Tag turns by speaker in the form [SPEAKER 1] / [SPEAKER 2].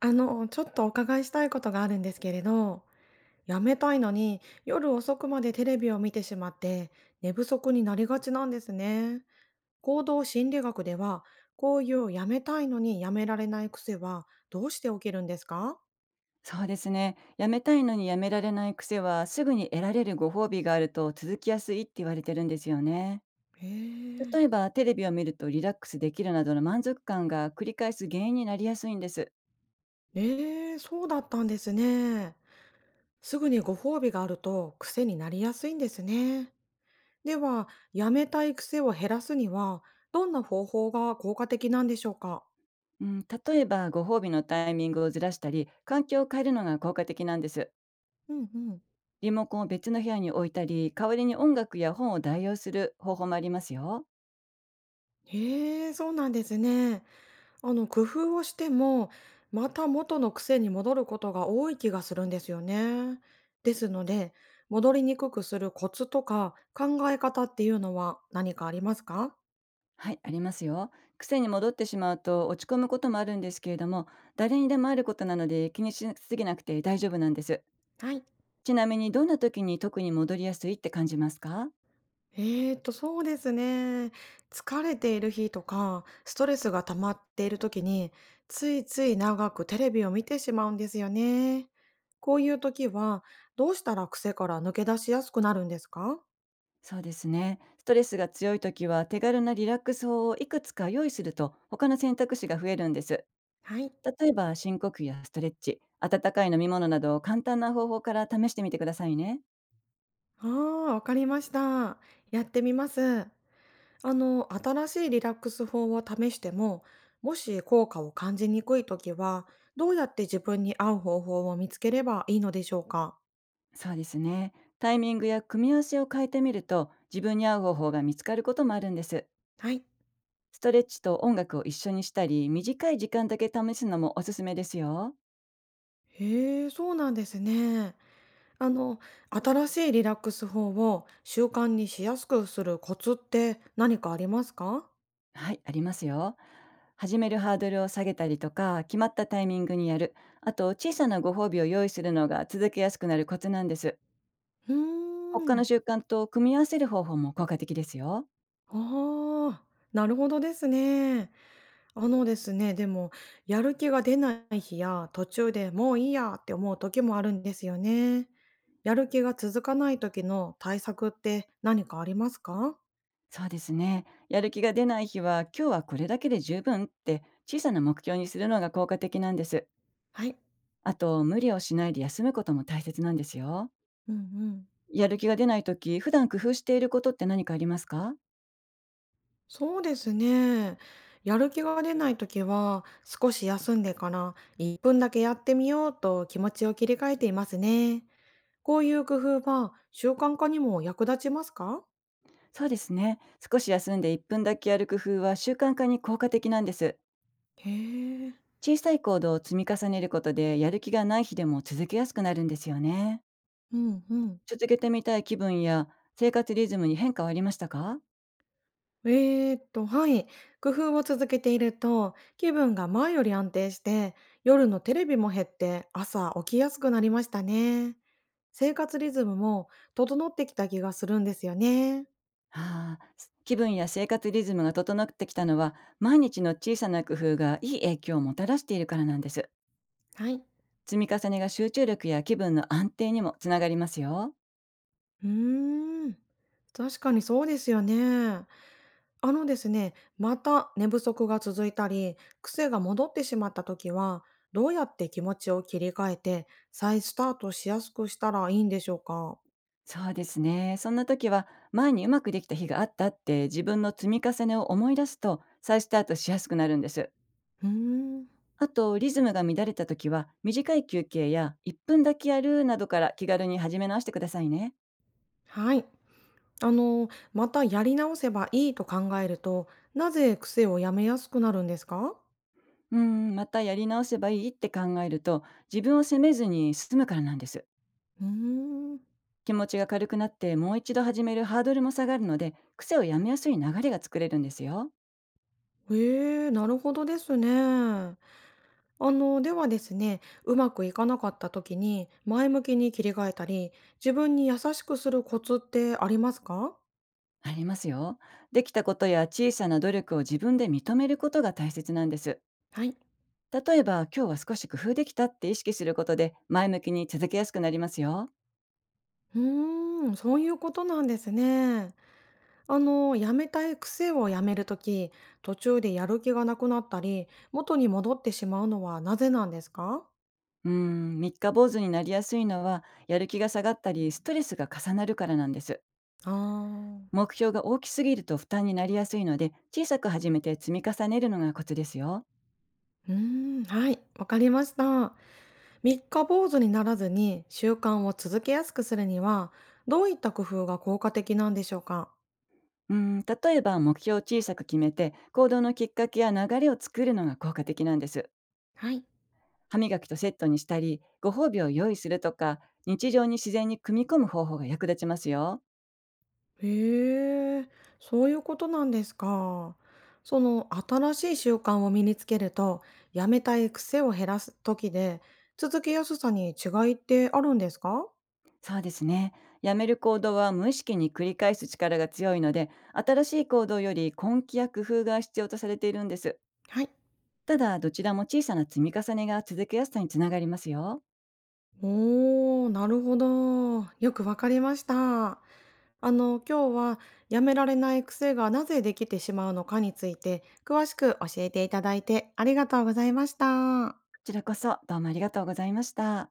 [SPEAKER 1] ちょっとお伺いしたいことがあるんですけれど、やめたいのに夜遅くまでテレビを見てしまって寝不足になりがちなんですね。行動心理学では、こういうやめたいのにやめられない癖はどうして起きるんですか？
[SPEAKER 2] そうですね。やめたいのにやめられない癖は、すぐに得られるご褒美があると続きやすいって言われてるんですよね。
[SPEAKER 1] へえ。
[SPEAKER 2] 例えば、テレビを見るとリラックスできるなどの満足感が繰り返す原因になりやすいんです。
[SPEAKER 1] ええ、そうだったんですね。すぐにご褒美があると癖になりやすいんですね。では、やめたい癖を減らすには、どんな方法が効果的なんでしょうか？
[SPEAKER 2] うん、例えば、ご褒美のタイミングをずらしたり、環境を変えるのが効果的なんです。
[SPEAKER 1] うんうん。
[SPEAKER 2] リモコンを別の部屋に置いたり、代わりに音楽や本を代用する方法もありますよ。
[SPEAKER 1] へえ、そうなんですね。工夫をしても、また元の癖に戻ることが多い気がするんですよね。ですので、戻りにくくするコツとか考え方っていうのは何かありますか？
[SPEAKER 2] はい、ありますよ。癖に戻ってしまうと落ち込むこともあるんですけれども、誰にでもあることなので気にしすぎなくて大丈夫なんです。
[SPEAKER 1] はい。
[SPEAKER 2] ちなみに、どんな時に特に戻りやすいって感じますか？
[SPEAKER 1] そうですね。疲れている日とか、ストレスが溜まっている時に、ついつい長くテレビを見てしまうんですよね。こういう時は、どうしたら癖から抜け出しやすくなるんですか？
[SPEAKER 2] そうですね。ストレスが強い時は、手軽なリラックス法をいくつか用意すると、他の選択肢が増えるんです。
[SPEAKER 1] はい。
[SPEAKER 2] 例えば、深呼吸やストレッチ、温かい飲み物など、簡単な方法から試してみてくださいね。
[SPEAKER 1] ああ、わかりました。やってみます。新しいリラックス法を試しても、もし効果を感じにくいときは、どうやって自分に合う方法を見つければいいのでしょうか？
[SPEAKER 2] そうですね。タイミングや組み合わせを変えてみると、自分に合う方法が見つかることもあるんです。
[SPEAKER 1] はい。
[SPEAKER 2] ストレッチと音楽を一緒にしたり、短い時間だけ試すのもおすすめですよ。
[SPEAKER 1] へえ、そうなんですね。あの、新しいリラックス法を習慣にしやすくするコツって何かありますか？
[SPEAKER 2] はい、ありますよ。始めるハードルを下げたりとか、決まったタイミングにやる。あと、小さなご褒美を用意するのが、続けやすくなるコツなんです。
[SPEAKER 1] うー
[SPEAKER 2] 他の
[SPEAKER 1] ん。
[SPEAKER 2] 習慣と組み合わせる方法も効果的ですよ。
[SPEAKER 1] ああ、なるほどですね。でも、やる気が出ない日や、途中でもういいやって思う時もあるんですよね。やる気が続かない時の対策って何かありますか？
[SPEAKER 2] そうですね。やる気が出ない日は、今日はこれだけで十分って小さな目標にするのが効果的なんです。
[SPEAKER 1] はい。
[SPEAKER 2] あと、無理をしないで休むことも大切なんですよ。
[SPEAKER 1] うんうん。
[SPEAKER 2] やる気が出ないとき、普段工夫していることって何かありますか？
[SPEAKER 1] そうですね。やる気が出ない時は、少し休んでから1分だけやってみようと気持ちを切り替えていますね。こういう工夫は習慣化にも役立ちますか？
[SPEAKER 2] そうですね。少し休んで1分だけやる工夫は、習慣化に効果的なんです。
[SPEAKER 1] へえ。
[SPEAKER 2] 小さい行動を積み重ねることで、やる気がない日でも続けやすくなるんですよね。
[SPEAKER 1] うんうん。
[SPEAKER 2] 続けてみたい気分や生活リズムに変化はありましたか？
[SPEAKER 1] はい。工夫を続けていると、気分が前より安定して、夜のテレビも減って、朝起きやすくなりましたね。生活リズムも整ってきた気がするんですよね。
[SPEAKER 2] ああ、気分や生活リズムが整ってきたのは、毎日の小さな工夫がいい影響をもたらしているからなんです。
[SPEAKER 1] はい。
[SPEAKER 2] 積み重ねが集中力や気分の安定にもつながりますよ。
[SPEAKER 1] うーん。確かにそうですよね。あのですね、また寝不足が続いたり、癖が戻ってしまった時は、どうやって気持ちを切り替えて、再スタートしやすくしたらいいんでしょうか。
[SPEAKER 2] そうですね。そんな時は、前にうまくできた日があったって、自分の積み重ねを思い出すと、再スタートしやすくなるんです。
[SPEAKER 1] うーん。
[SPEAKER 2] あと、リズムが乱れた時は、短い休憩や1分だけやるなどから、気軽に始め直してくださいね。
[SPEAKER 1] はい。またやり直せばいいと考えると、なぜ癖をやめやすくなるんですか？
[SPEAKER 2] うん、またやり直せばいいって考えると、自分を責めずに進むからなんです。
[SPEAKER 1] うーん。
[SPEAKER 2] 気持ちが軽くなって、もう一度始めるハードルも下がるので、癖をやめやすい流れが作れるんですよ。
[SPEAKER 1] へえ、なるほどですね。ではですね、うまくいかなかった時に前向きに切り替えたり、自分に優しくするコツってありますか？
[SPEAKER 2] ありますよ。できたことや小さな努力を自分で認めることが大切なんです。
[SPEAKER 1] はい。
[SPEAKER 2] 例えば、今日は少し工夫できたって意識することで、前向きに続けやすくなりますよ。
[SPEAKER 1] うーん、そういうことなんですね。やめたい癖をやめるとき、途中でやる気がなくなったり、元に戻ってしまうのはなぜなんですか？
[SPEAKER 2] 三日坊主になりやすいのは、やる気が下がったり、ストレスが重なるからなんです。
[SPEAKER 1] ああー。
[SPEAKER 2] 目標が大きすぎると負担になりやすいので、小さく始めて積み重ねるのがコツですよ。
[SPEAKER 1] うーん、はい、わかりました。三日坊主にならずに習慣を続けやすくするには、どういった工夫が効果的なんでしょうか？
[SPEAKER 2] 例えば、目標を小さく決めて、行動のきっかけや流れを作るのが効果的なんです。
[SPEAKER 1] はい。
[SPEAKER 2] 歯磨きとセットにしたり、ご褒美を用意するとか、日常に自然に組み込む方法が役立ちますよ。
[SPEAKER 1] へえ、そういうことなんですか。その新しい習慣を身につけると、やめたい癖を減らす時で、続けやすさに違いってあるんですか？
[SPEAKER 2] そうですね。やめる行動は無意識に繰り返す力が強いので、新しい行動より根気や工夫が必要とされているんです。
[SPEAKER 1] はい。
[SPEAKER 2] ただ、どちらも小さな積み重ねが続けやすさにつながりますよ。こ
[SPEAKER 1] おー、なるほど。よくわかりました。今日はやめられない癖がなぜできてしまうのかについて詳しく教えていただいてありがとうございました。
[SPEAKER 2] ちらこそ、どうもありがとうございました。